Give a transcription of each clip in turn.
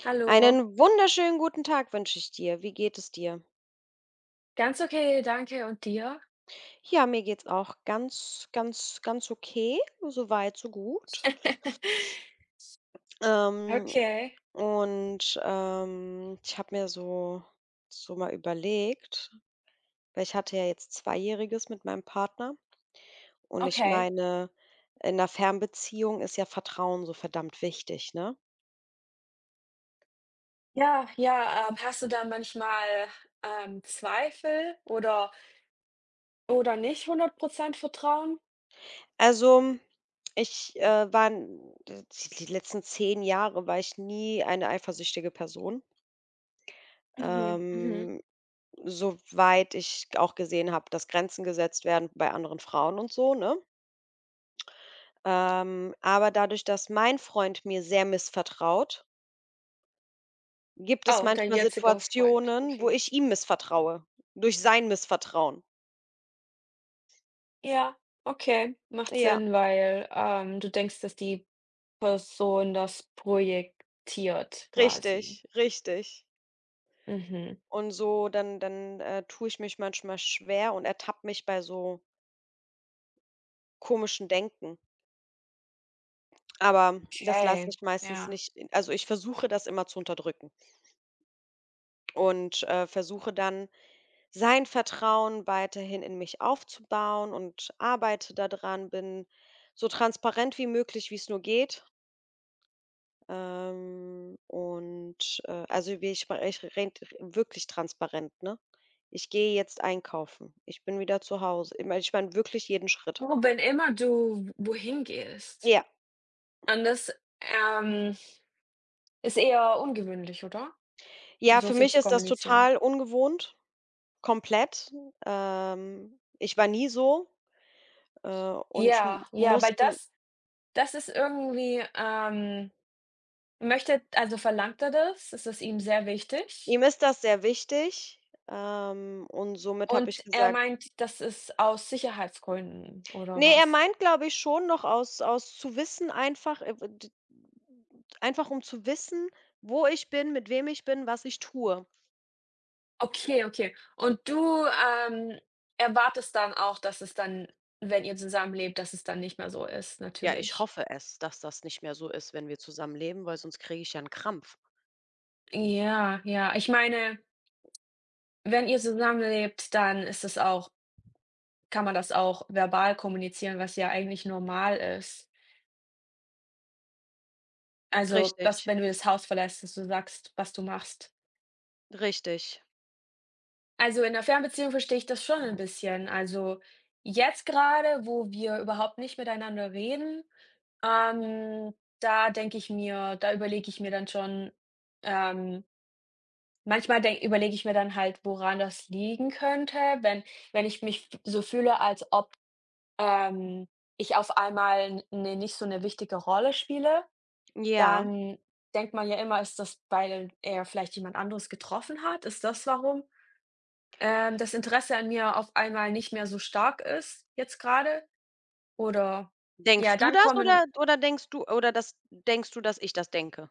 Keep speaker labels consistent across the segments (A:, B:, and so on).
A: Hallo.
B: Einen wunderschönen guten Tag wünsche ich dir. Wie geht es dir?
A: Ganz okay, danke. Und dir?
B: Ja, mir geht's auch ganz, ganz, ganz okay. So weit, so gut. Ähm,
A: Okay,
B: und ich habe mir so, so mal überlegt, weil ich hatte ja jetzt Zweijähriges mit meinem Partner, und ich
A: okay.
B: meine, in einer Fernbeziehung ist ja Vertrauen so verdammt wichtig, ne?
A: Ja, ja, hast du da manchmal, Zweifel oder nicht 100% Vertrauen?
B: Also, ich war die letzten 10 Jahre war ich nie eine eifersüchtige Person.
A: Mhm, mhm.
B: Ähm, Soweit ich auch gesehen habe, dass Grenzen gesetzt werden bei anderen Frauen und so, ne? Aber dadurch, dass mein Freund mir sehr missvertraut, gibt es
A: Oh, dein
B: manchmal
A: jetziger Freund,
B: Situationen, wo
A: okay.
B: ich ihm missvertraue, durch sein Missvertrauen.
A: Ja, okay, macht
B: Ja,
A: Sinn, weil, du denkst, dass die Person das projektiert quasi.
B: richtig, richtig.
A: Mhm,
B: Und so, dann tue ich mich manchmal schwer und ertappe mich bei so komischen Denken. Aber das lasse
A: okay,
B: ich meistens
A: ja.
B: nicht, also, ich versuche das immer zu unterdrücken und versuche dann, sein Vertrauen weiterhin in mich aufzubauen, und arbeite daran, bin so transparent wie möglich, wie es nur geht. Und, also, wie ich rede wirklich transparent, ne? Ich gehe jetzt einkaufen. Ich bin wieder zu Hause. Ich meine wirklich jeden Schritt.
A: Oh, wenn immer du wohin gehst.
B: Ja.
A: Und das, ähm, ist eher ungewöhnlich, oder?
B: Ja,
A: So
B: für
A: viel
B: mich
A: zu
B: ist das
A: kommunizieren.
B: total ungewohnt, komplett. Ich war nie so, und sch
A: Ja, ja, weil
B: musste.
A: das ist irgendwie, möchte, also verlangt er das, es ist ihm sehr
B: Ihm
A: wichtig.
B: ist das sehr wichtig, und somit habe
A: Und
B: ich
A: er
B: gesagt,
A: meint, das ist aus Sicherheitsgründen oder
B: ne, er
A: was?
B: meint, glaube ich, schon noch, aus zu wissen, einfach, d einfach um zu wissen, wo ich bin, mit wem ich bin, was ich tue.
A: Okay, okay. Und du, erwartest dann auch, dass es dann, wenn ihr zusammenlebt, dass es dann nicht mehr so ist,
B: Ja, ich
A: natürlich.
B: hoffe es, dass das nicht mehr so ist, wenn wir zusammen leben, weil sonst kriege ich ja einen Krampf.
A: Ja, ja. Ich meine, wenn ihr zusammenlebt, dann ist es auch, kann man das auch verbal kommunizieren, was ja eigentlich normal ist. Also, dass
B: Richtig,
A: wenn du das Haus verlässt, dass du sagst, was du machst.
B: richtig.
A: Also, in der Fernbeziehung verstehe ich das schon ein bisschen. Also, jetzt gerade, wo wir überhaupt nicht miteinander reden, ähm, da überlege ich mir dann schon, ähm, manchmal denk überlege ich mir dann halt, woran das liegen könnte, wenn ich mich f so fühle, als ob, ähm, ich auf einmal 'n 'ne nicht so eine wichtige Rolle spiele.
B: Ja.
A: Dann denkt man ja immer, ist das, weil er vielleicht jemand anderes getroffen hat? Ist das warum, das Interesse an mir auf einmal nicht mehr so stark ist jetzt gerade? Oder ja,
B: Denkst du
A: dann
B: das,
A: kommen,
B: oder denkst du, oder das denkst du, dass ich das denke?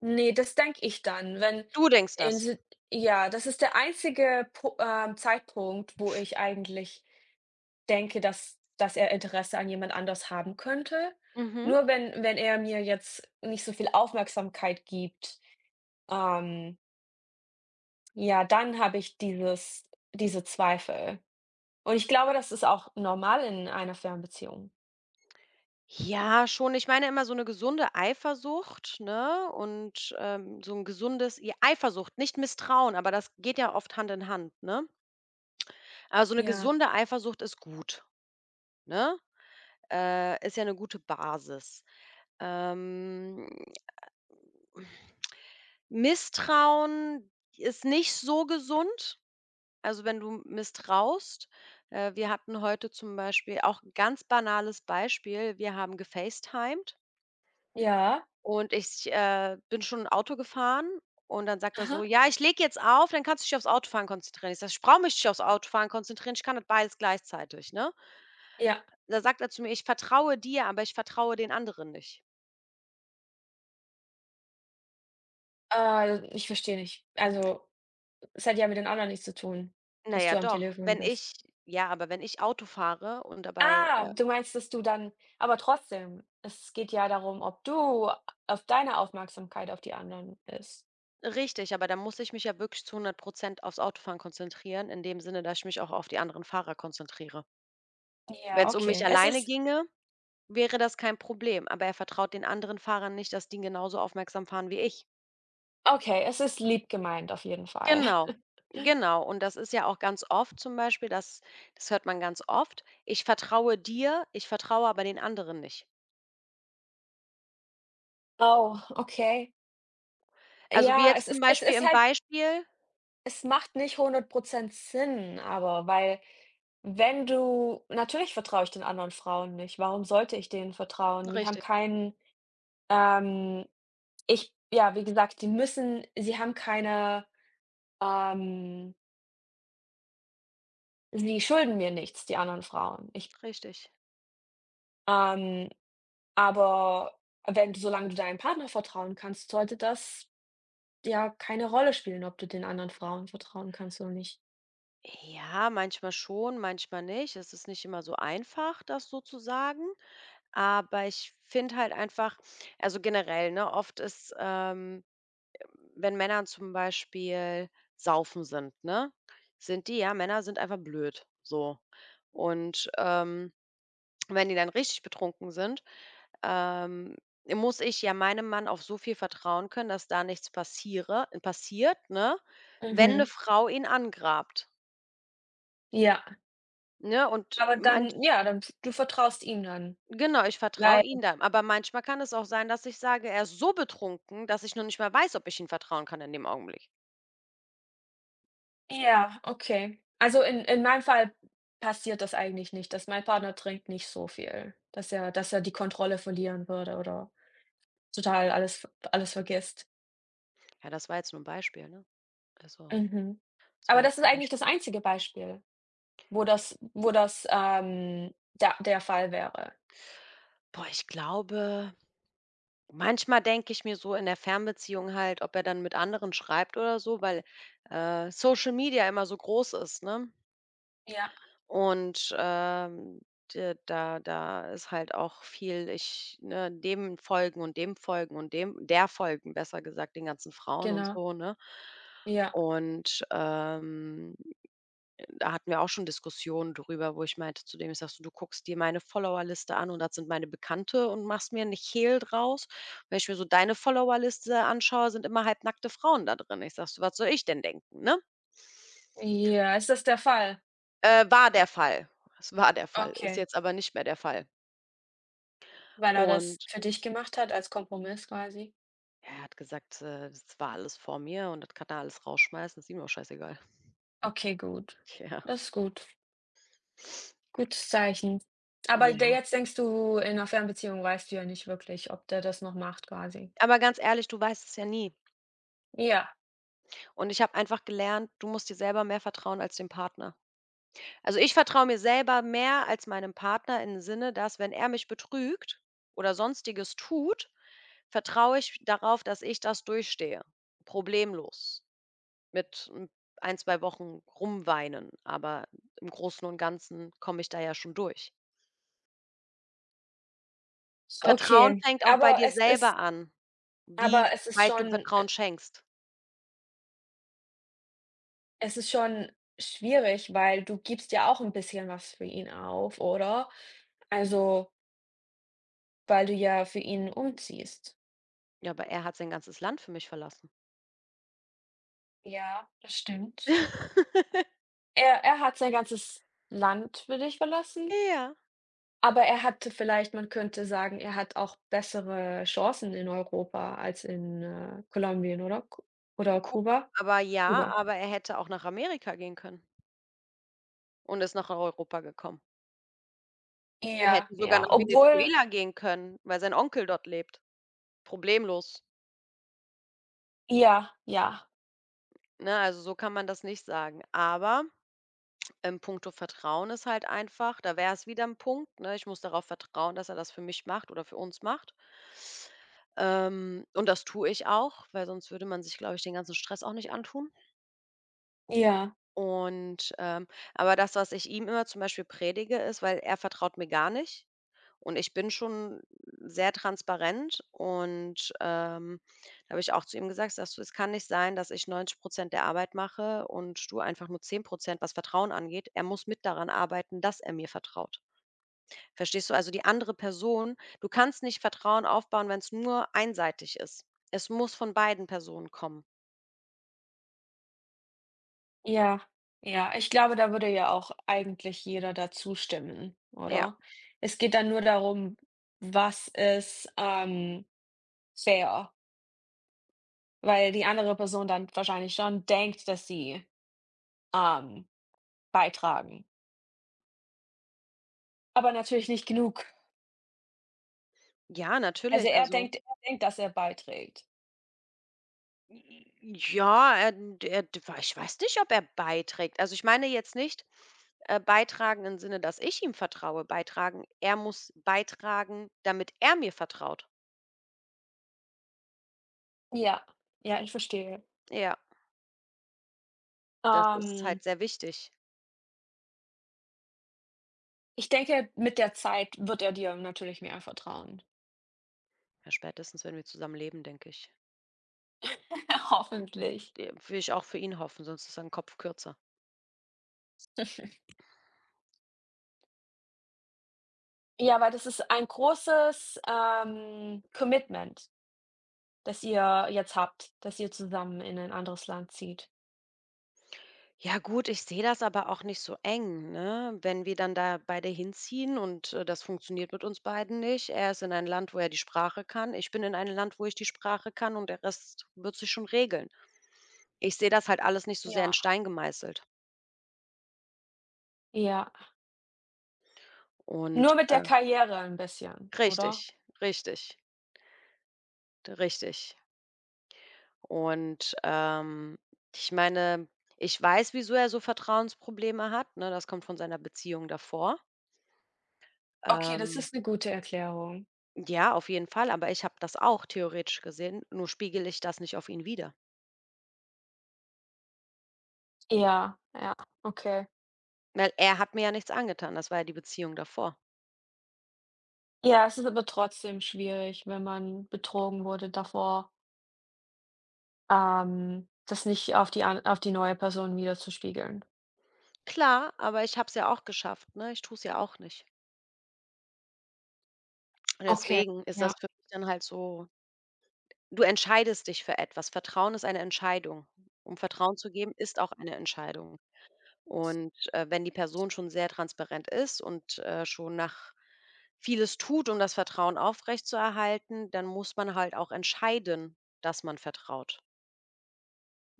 A: ne, das denke ich dann, wenn
B: Du denkst
A: in
B: das?
A: Sit ja, das ist der einzige Pu Zeitpunkt, wo ich eigentlich denke, dass er Interesse an jemand anders haben könnte.
B: Mhm.
A: Nur wenn er mir jetzt nicht so viel Aufmerksamkeit gibt, ähm ja, dann habe ich diese Zweifel. Und ich glaube, das ist auch normal in einer Fernbeziehung.
B: Ja, schon. Ich meine, immer so eine gesunde Eifersucht, ne, und, so ein gesundes, ja, Eifersucht, nicht Misstrauen, aber das geht ja oft Hand in Hand, ne? Aber so 'ne
A: Ja.
B: gesunde Eifersucht ist gut, ne? Ist ja eine gute Basis. Ähm, Misstrauen ist nicht so gesund, also, wenn du misstraust. Wir hatten heute zum Beispiel auch 'n ganz banales Beispiel. Wir haben gefacetimed,
A: Ja,
B: und ich bin schon Auto gefahren, und dann sagt er so:
A: aha.
B: „Ja, ich lege jetzt auf, dann kannst du dich aufs Autofahren konzentrieren.“ Ich sage: „Ich brauche mich nicht aufs Autofahren konzentrieren, ich kann das beides gleichzeitig“, ne?
A: Ja,
B: Da sagt er zu mir: „Ich vertraue dir, aber ich vertraue den anderen nicht.“
A: ich verstehe nicht. Also, es hat ja mit den anderen nichts zu tun,
B: Na
A: dass du
B: ja,
A: am
B: doch,
A: Telefon
B: wenn ich,
A: bist.
B: ja, aber wenn ich Auto fahre und dabei,
A: Ah, du meinst, dass du dann, aber trotzdem, es geht ja darum, ob du auf deine Aufmerksamkeit auf die anderen ist.
B: richtig, aber dann muss ich mich ja wirklich zu 100% aufs Autofahren konzentrieren, in dem Sinne, dass ich mich auch auf die anderen Fahrer konzentriere. Wenn
A: Ja,
B: es um mich
A: okay. Es
B: alleine
A: ist.
B: ginge, wäre das kein Problem, aber er vertraut den anderen Fahrern nicht, dass die genauso aufmerksam fahren wie ich.
A: Okay, es ist lieb gemeint auf jeden Fall.
B: Genau, genau. Und das ist ja auch ganz oft zum Beispiel, das hört man ganz oft: „Ich vertraue dir, ich vertraue aber den anderen nicht.“
A: Oh, okay.
B: Also, wie
A: Ja,
B: jetzt
A: es
B: zum
A: ist es
B: Beispiel
A: ist
B: im
A: halt.
B: Beispiel,
A: Es macht nicht 100% Sinn, aber weil, wenn du, natürlich vertraue ich den anderen Frauen nicht. Warum sollte ich denen vertrauen? Die haben
B: richtig,
A: keinen, ähm ich, ja, wie gesagt, die müssen, sie haben keine, ähm sie schulden mir nichts, die anderen Frauen. Ich
B: richtig.
A: ähm, aber wenn du solange du deinem Partner vertrauen kannst, sollte das ja keine Rolle spielen, ob du den anderen Frauen vertrauen kannst oder nicht.
B: Ja, manchmal schon, manchmal nicht. Es ist nicht immer so einfach, das so zu sagen, aber ich finde halt einfach, also generell, ne, oft ist, wenn Männer zum Beispiel saufen sind, ne? Sind die ja, Männer sind einfach blöd, so. Und, wenn die dann richtig betrunken sind, ähm, muss ich ja meinem Mann auf so viel vertrauen können, dass da nichts passiere passiert, ne, wenn eine
A: Mhm.
B: Frau ihn angrabt,
A: Ja,
B: ne? Und
A: aber
B: manch
A: dann, ja, dann du vertraust ihm dann.
B: genau, ich vertraue
A: Nein.
B: ihm da. Aber manchmal kann es auch sein, dass ich sage, er ist so betrunken, dass ich noch nicht mal weiß, ob ich ihm vertrauen kann in dem Augenblick.
A: Ja, okay. Also, in meinem Fall passiert das eigentlich nicht, dass mein Partner trinkt nicht so viel, dass er die Kontrolle verlieren würde oder total alles vergisst.
B: Ja, das war jetzt nur ein Beispiel, ne? Also,
A: Mhm.
B: das war
A: Aber das
B: jetzt
A: ist
B: ein
A: eigentlich das
B: Beispiel.
A: einzige Beispiel, wo das, da der Fall wäre.
B: Boah, ich glaube, manchmal denke ich mir so in der Fernbeziehung halt, ob er dann mit anderen schreibt oder so, weil Social Media immer so groß ist, ne?
A: Ja,
B: Und, d da da ist halt auch viel, ich, ne, dem folgen und dem folgen und dem der folgen, besser gesagt, den ganzen Frauen und
A: genau.
B: so, ne?
A: Ja.
B: Und, da hatten wir auch schon Diskussionen drüber, wo ich meinte zu dem, ich sage so: „Du guckst dir meine Followerliste an und das sind meine Bekannte und machst mir nicht Hehl draus. Wenn ich mir so deine Followerliste anschaue, sind immer halbnackte Frauen da drin.“ Ich sage so: „Was soll ich denn denken, ne?“
A: Ja, ist das der Fall?
B: War der Fall. Es war der Fall, ist
A: Okay.
B: jetzt aber nicht mehr der Fall.
A: Weil er das
B: Und
A: für dich gemacht hat als Kompromiss quasi?
B: er hat gesagt, das war alles vor mir und das kann er alles rausschmeißen, ist ihm auch scheißegal.
A: Okay, gut.
B: Ja.
A: Das ist gut. Gutes Zeichen. Aber der
B: Ja,
A: jetzt denkst du, in 'ner Fernbeziehung weißt du ja nicht wirklich, ob der das noch macht quasi.
B: aber ganz ehrlich, du weißt es ja nie.
A: Ja,
B: Und ich habe einfach gelernt, du musst dir selber mehr vertrauen als dem Partner. Also, ich vertraue mir selber mehr als meinem Partner, im Sinne, dass, wenn er mich betrügt oder Sonstiges tut, vertraue ich darauf, dass ich das durchstehe. Problemlos. Mit, ein 1, 2 Wochen rumweinen, aber im Großen und Ganzen komme ich da ja schon durch. Vertrauen
A: okay.
B: fängt auch bei
A: Aber
B: dir
A: es ist
B: selber an, wie
A: aber es ist
B: weit du
A: schon
B: Vertrauen schenkst.
A: es ist schon schwierig, weil du gibst ja auch 'n bisschen was für ihn auf, oder? Also, weil du ja für ihn umziehst.
B: Ja, aber er hat sein ganzes Land für mich verlassen.
A: Ja, das stimmt. Er hat sein ganzes Land für dich verlassen?
B: Ja,
A: Aber er hatte vielleicht, man könnte sagen, er hat auch bessere Chancen in Europa als in, Kolumbien, oder? Ku Oder
B: cool.
A: Kuba?
B: Aber ja,
A: Kuba.
B: aber er hätte auch nach Amerika gehen können und ist nach Europa gekommen. Er
A: Ja,
B: hätte sogar
A: ja,
B: nach
A: obwohl,
B: Venezuela gehen können, weil sein Onkel dort lebt. Problemlos,
A: ja, ja,
B: ne? Also, so kann man das nicht sagen. Aber in puncto Vertrauen ist halt einfach, da wäre es wieder ein Punkt, ne? Ich muss darauf vertrauen, dass er das für mich macht oder für uns macht. Und das tue ich auch, weil sonst würde man sich, glaube ich, den ganzen Stress auch nicht antun.
A: ja,
B: Und, aber das, was ich ihm immer zum Beispiel predige, ist, weil er vertraut mir gar nicht. Und ich bin schon sehr transparent, und, da habe ich auch zu ihm gesagt, ich sage so: „Es kann nicht sein, dass ich 90% der Arbeit mache und du einfach nur 10%, was Vertrauen angeht. Er muss mit daran arbeiten, dass er mir vertraut.“ Verstehst du? Also, die andere Person, du kannst nicht Vertrauen aufbauen, wenn es nur einseitig ist. Es muss von beiden Personen kommen.
A: ja, ja. Ich glaube, da würde ja auch eigentlich jeder dazu stimmen,
B: Ja.
A: oder? Es geht dann nur darum, was ist, fair, weil die andere Person dann wahrscheinlich schon denkt, dass sie, ähm, beitragen, aber natürlich nicht genug.
B: Ja,
A: Also,
B: natürlich,
A: er
B: also,
A: denkt er denkt, dass er beiträgt.
B: ja, er er ich weiß nicht, ob er beiträgt. Also, ich meine jetzt nicht beitragen im Sinne, dass ich ihm vertraue, beitragen, er muss beitragen, damit er mir vertraut.
A: Ja, ja, ich verstehe.
B: Ja, das ist
A: Ähm,
B: halt sehr wichtig.
A: Ich denke, mit der Zeit wird er dir natürlich mehr vertrauen.
B: Ja, spätestens, wenn wir zusammen leben, denke ich.
A: Hoffentlich.
B: Will ich auch für ihn hoffen, sonst ist sein Kopf kürzer.
A: Ja, weil das ist ein großes, Commitment, das ihr jetzt habt, dass ihr zusammen in ein anderes Land zieht.
B: Ja gut, ich sehe das aber auch nicht so eng, ne? Wenn wir dann da beide hinziehen und das funktioniert mit uns beiden nicht. Er ist in ein Land, wo er die Sprache kann. Ich bin in ein Land, wo ich die Sprache kann, und der Rest wird sich schon regeln. Ich sehe das halt alles nicht so sehr in
A: Ja,
B: Stein gemeißelt.
A: ja. Nur
B: Und
A: mit der Karriere ein bisschen,
B: richtig,
A: oder?
B: richtig, richtig. Und, ich meine, ich weiß, wieso er so Vertrauensprobleme hat, ne? Das kommt von seiner Beziehung davor.
A: Okay, das
B: Ähm
A: ist eine gute Erklärung.
B: Ja, auf jeden Fall, aber ich habe das auch theoretisch gesehen, nur spiegel ich das nicht auf ihn wider.
A: Ja, ja, okay.
B: Weil er hat mir ja nichts angetan, das war ja die Beziehung davor.
A: Ja, es ist aber trotzdem schwierig, wenn man betrogen wurde davor. Das nicht auf die neue Person widerzuspiegeln.
B: Klar, aber ich habe es ja auch geschafft, ne? Ich tue es ja auch nicht. Und
A: Okay,
B: deswegen ist
A: ja.
B: das für mich dann halt so, du entscheidest dich für etwas. Vertrauen ist eine Entscheidung. Um Vertrauen zu geben, ist auch eine Entscheidung. Und wenn die Person schon sehr transparent ist und schon nach vieles tut, um das Vertrauen aufrechtzuerhalten, dann muss man halt auch entscheiden, dass man vertraut.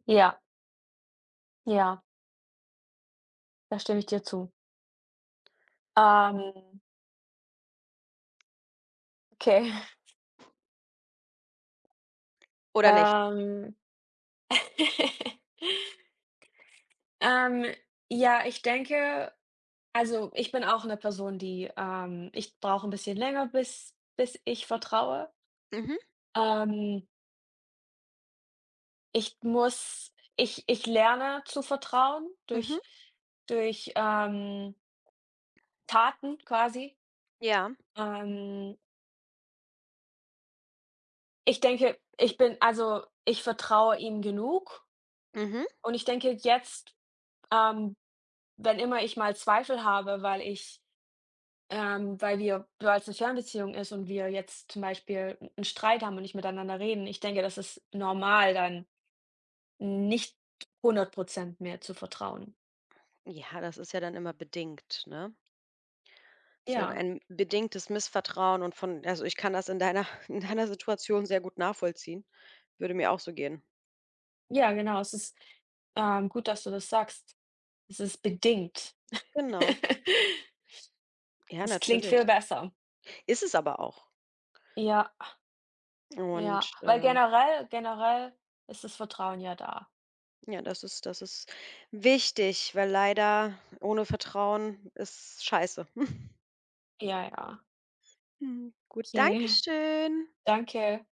A: Ja, ja, da stimme ich dir zu. Ähm, okay.
B: Oder nicht?
A: Ähm, ähm, ja, ich denke, also, ich bin auch eine Person, die, ich brauche ein bisschen länger, bis ich vertraue.
B: Mhm,
A: Ähm, ich muss ich ich lerne zu vertrauen
B: mhm,
A: durch durch, ähm, Taten quasi.
B: ja,
A: Ähm Ich denke, ich bin also, ich vertraue ihm genug
B: mhm.
A: und ich denke jetzt, ähm, wenn immer ich mal Zweifel habe, weil's eine Fernbeziehung ist und wir jetzt zum Beispiel einen Streit haben und nicht miteinander reden, ich denke, das ist normal, dann nicht 100% mehr zu vertrauen.
B: Ja, das ist ja dann immer bedingt, ne? Ist ja dann
A: Ja,
B: ein bedingtes Missvertrauen, und von, also, ich kann das in deiner in deiner Situation sehr gut nachvollziehen. Würde mir auch so gehen.
A: ja, genau. Es ist, gut, dass du das sagst. Es ist bedingt.
B: Genau. Ja,
A: Das klingt
B: natürlich.
A: viel besser.
B: Ist es aber auch.
A: Ja. Ja,
B: Und,
A: weil generell ist das Vertrauen ja da.
B: ja, das ist wichtig, weil leider ohne Vertrauen ist scheiße.
A: Ja, ja.
B: Gut, danke
A: Okay,
B: schön.
A: danke.